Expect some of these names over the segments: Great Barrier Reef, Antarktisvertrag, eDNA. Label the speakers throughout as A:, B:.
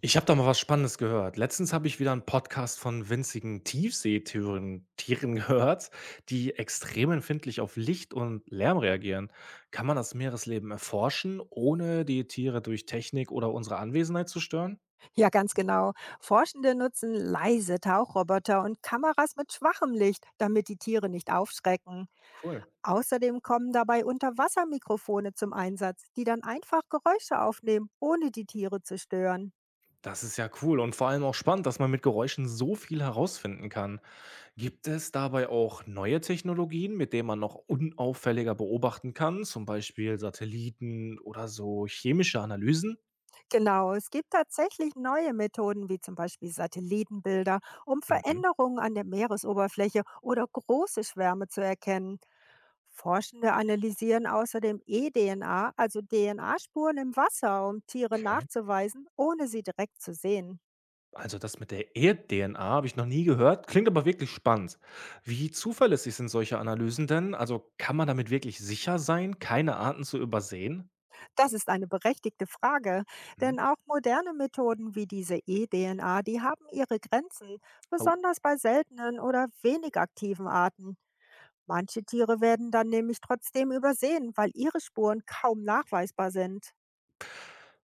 A: Ich habe da mal was Spannendes gehört. Letztens habe ich wieder einen Podcast von winzigen Tiefseetieren Tieren gehört, die extrem empfindlich auf Licht und Lärm reagieren. Kann man das Meeresleben erforschen, ohne die Tiere durch Technik oder unsere Anwesenheit zu stören?
B: Ja, ganz genau. Forschende nutzen leise Tauchroboter und Kameras mit schwachem Licht, damit die Tiere nicht aufschrecken.
A: Cool.
B: Außerdem kommen dabei Unterwassermikrofone zum Einsatz, die dann einfach Geräusche aufnehmen, ohne die Tiere zu stören.
A: Das ist ja cool und vor allem auch spannend, dass man mit Geräuschen so viel herausfinden kann. Gibt es dabei auch neue Technologien, mit denen man noch unauffälliger beobachten kann, zum Beispiel Satelliten oder so chemische Analysen?
B: Genau, es gibt tatsächlich neue Methoden, wie zum Beispiel Satellitenbilder, um
A: Mhm.
B: Veränderungen an der Meeresoberfläche oder große Schwärme zu erkennen. Forschende analysieren außerdem E-DNA, also DNA-Spuren im Wasser, um Tiere
A: Okay.
B: nachzuweisen, ohne sie direkt zu sehen.
A: Also das mit der Erd-DNA habe ich noch nie gehört, klingt aber wirklich spannend. Wie zuverlässig sind solche Analysen denn? Also kann man damit wirklich sicher sein, keine Arten zu übersehen?
B: Das ist eine berechtigte Frage,
A: Hm.
B: denn auch moderne Methoden wie diese E-DNA, die haben ihre Grenzen,
A: Oh.
B: besonders bei seltenen oder wenig aktiven Arten. Manche Tiere werden dann nämlich trotzdem übersehen, weil ihre Spuren kaum nachweisbar sind.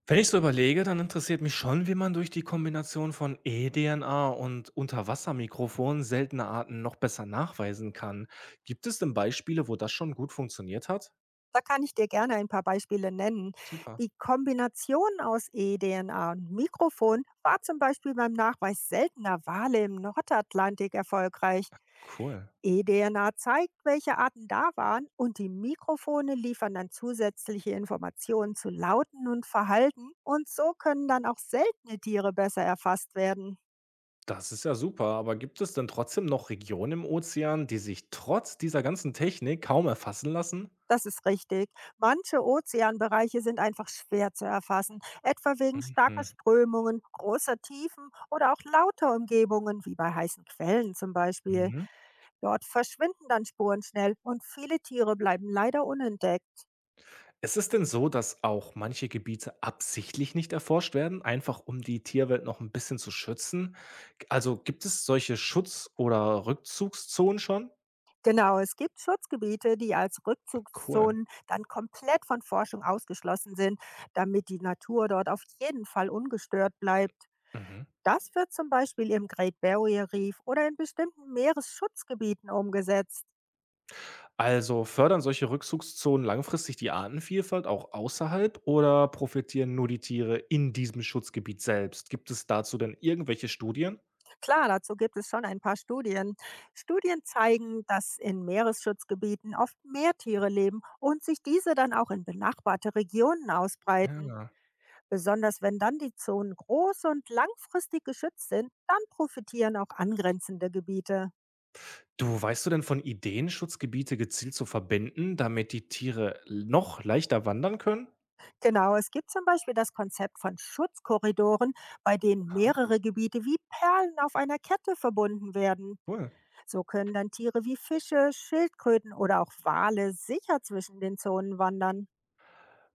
A: Wenn ich so überlege, dann interessiert mich schon, wie man durch die Kombination von E-DNA und Unterwassermikrofonen seltene Arten noch besser nachweisen kann. Gibt es denn Beispiele, wo das schon gut funktioniert hat?
B: Da kann ich dir gerne ein paar Beispiele nennen.
A: Super,
B: Die Kombination aus eDNA und Mikrofon war zum Beispiel beim Nachweis seltener Wale im Nordatlantik erfolgreich.
A: cool.
B: eDNA zeigt, welche Arten da waren, und die Mikrofone liefern dann zusätzliche Informationen zu Lauten und Verhalten, und so können dann auch seltene Tiere besser erfasst werden.
A: Das ist ja super, aber gibt es denn trotzdem noch Regionen im Ozean, die sich trotz dieser ganzen Technik kaum erfassen lassen?
B: Das ist richtig. Manche Ozeanbereiche sind einfach schwer zu erfassen, etwa wegen starker
A: Mhm.
B: Strömungen, großer Tiefen oder auch lauter Umgebungen, wie bei heißen Quellen zum Beispiel.
A: Mhm.
B: Dort verschwinden dann Spuren schnell und viele Tiere bleiben leider unentdeckt.
A: Ist es denn so, dass auch manche Gebiete absichtlich nicht erforscht werden, einfach um die Tierwelt noch ein bisschen zu schützen? Also gibt es solche Schutz- oder Rückzugszonen schon?
B: Genau, es gibt Schutzgebiete, die als
A: Ah, cool.
B: Rückzugszonen dann komplett von Forschung ausgeschlossen sind, damit die Natur dort auf jeden Fall ungestört bleibt.
A: Mhm.
B: Das wird zum Beispiel im Great Barrier Reef oder in bestimmten Meeresschutzgebieten umgesetzt.
A: Also fördern solche Rückzugszonen langfristig die Artenvielfalt auch außerhalb oder profitieren nur die Tiere in diesem Schutzgebiet selbst? Gibt es dazu denn irgendwelche Studien?
B: Klar, dazu gibt es schon ein paar Studien. Studien zeigen, dass in Meeresschutzgebieten oft mehr Tiere leben und sich diese dann auch in benachbarte Regionen ausbreiten.
A: Ja.
B: Besonders wenn dann die Zonen groß und langfristig geschützt sind, dann profitieren auch angrenzende Gebiete.
A: Du, weißt du denn von Ideen, Schutzgebiete gezielt zu verbinden, damit die Tiere noch leichter wandern können?
B: Genau, es gibt zum Beispiel das Konzept von Schutzkorridoren, bei denen mehrere Gebiete wie Perlen auf einer Kette verbunden werden.
A: Cool.
B: So können dann Tiere wie Fische, Schildkröten oder auch Wale sicher zwischen den Zonen wandern.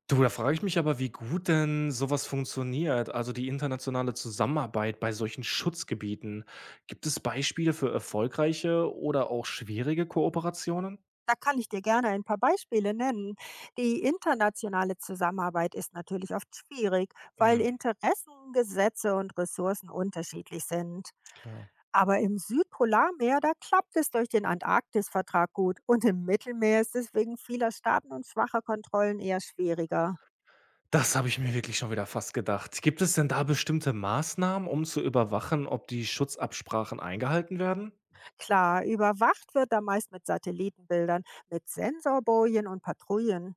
A: Du, da frage ich mich aber, wie gut denn sowas funktioniert, also die internationale Zusammenarbeit bei solchen Schutzgebieten. Gibt es Beispiele für erfolgreiche oder auch schwierige Kooperationen?
B: Da kann ich dir gerne ein paar Beispiele nennen. Die internationale Zusammenarbeit ist natürlich oft schwierig, weil
A: Mhm,
B: Interessen, Gesetze und Ressourcen unterschiedlich sind.
A: klar.
B: Aber im Südpolarmeer, da klappt es durch den Antarktisvertrag gut, und im Mittelmeer ist es wegen vieler Staaten und schwacher Kontrollen eher schwieriger.
A: Das habe ich mir wirklich schon wieder fast gedacht. Gibt es denn da bestimmte Maßnahmen, um zu überwachen, ob die Schutzabsprachen eingehalten werden?
B: Klar, überwacht wird da meist mit Satellitenbildern, mit Sensorbojen und Patrouillen.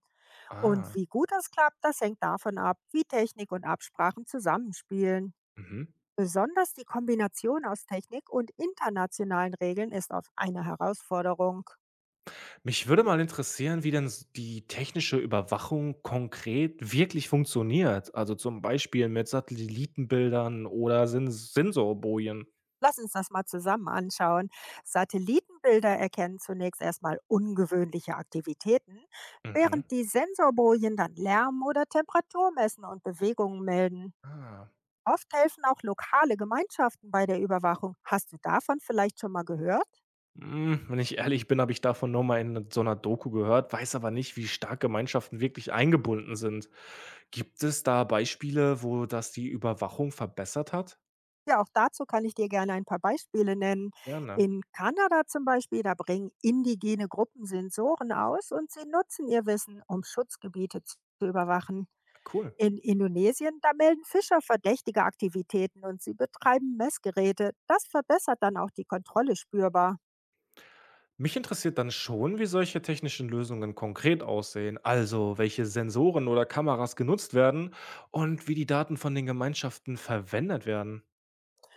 B: Und
A: Ah,
B: wie gut das klappt, das hängt davon ab, wie Technik und Absprachen zusammenspielen.
A: mhm.
B: Besonders die Kombination aus Technik und internationalen Regeln ist oft eine Herausforderung.
A: Mich würde mal interessieren, wie denn die technische Überwachung konkret wirklich funktioniert. Also zum Beispiel mit Satellitenbildern oder Sensorbojen.
B: Lass uns das mal zusammen anschauen. Satellitenbilder erkennen zunächst erstmal ungewöhnliche Aktivitäten,
A: Mhm.
B: während die Sensorbojen dann Lärm oder Temperatur messen und Bewegungen melden.
A: Ah.
B: Oft helfen auch lokale Gemeinschaften bei der Überwachung. Hast du davon vielleicht schon mal gehört?
A: Hm, wenn ich ehrlich bin, habe ich davon nur mal in so einer Doku gehört, weiß aber nicht, wie stark Gemeinschaften wirklich eingebunden sind. Gibt es da Beispiele, wo das die Überwachung verbessert hat?
B: Ja, auch dazu kann ich dir gerne ein paar Beispiele nennen.
A: Ja, ne?
B: In Kanada zum Beispiel, da bringen indigene Gruppen Sensoren aus und sie nutzen ihr Wissen, um Schutzgebiete zu überwachen.
A: Cool.
B: In Indonesien, da melden Fischer verdächtige Aktivitäten und sie betreiben Messgeräte. Das verbessert dann auch die Kontrolle spürbar.
A: Mich interessiert dann schon, wie solche technischen Lösungen konkret aussehen, also welche Sensoren oder Kameras genutzt werden und wie die Daten von den Gemeinschaften verwendet werden.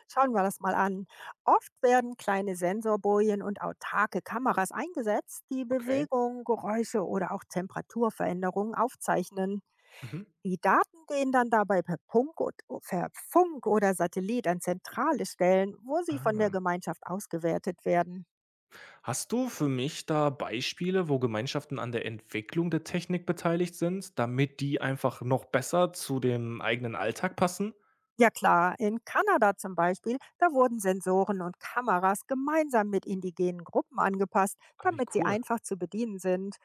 B: Schauen wir das mal an. Oft werden kleine Sensorbojen und autarke Kameras eingesetzt, die
A: Okay.
B: Bewegungen, Geräusche oder auch Temperaturveränderungen aufzeichnen.
A: Mhm.
B: Die Daten gehen dann dabei per Funk oder Satellit an zentrale Stellen, wo sie von der
A: Ah.
B: Gemeinschaft ausgewertet werden.
A: Hast du für mich da Beispiele, wo Gemeinschaften an der Entwicklung der Technik beteiligt sind, damit die einfach noch besser zu dem eigenen Alltag passen?
B: Ja klar, in Kanada zum Beispiel, da wurden Sensoren und Kameras gemeinsam mit indigenen Gruppen angepasst,
A: Ah, wie
B: damit sie
A: cool.
B: einfach zu bedienen sind.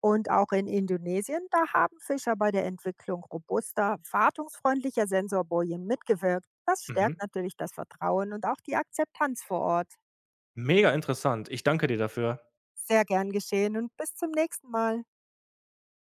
B: Und auch in Indonesien, da haben Fischer bei der Entwicklung robuster, wartungsfreundlicher Sensorbojen mitgewirkt. Das stärkt
A: Mhm.
B: natürlich das Vertrauen und auch die Akzeptanz vor Ort.
A: Mega interessant. Ich danke dir dafür.
B: Sehr gern geschehen und bis zum nächsten Mal.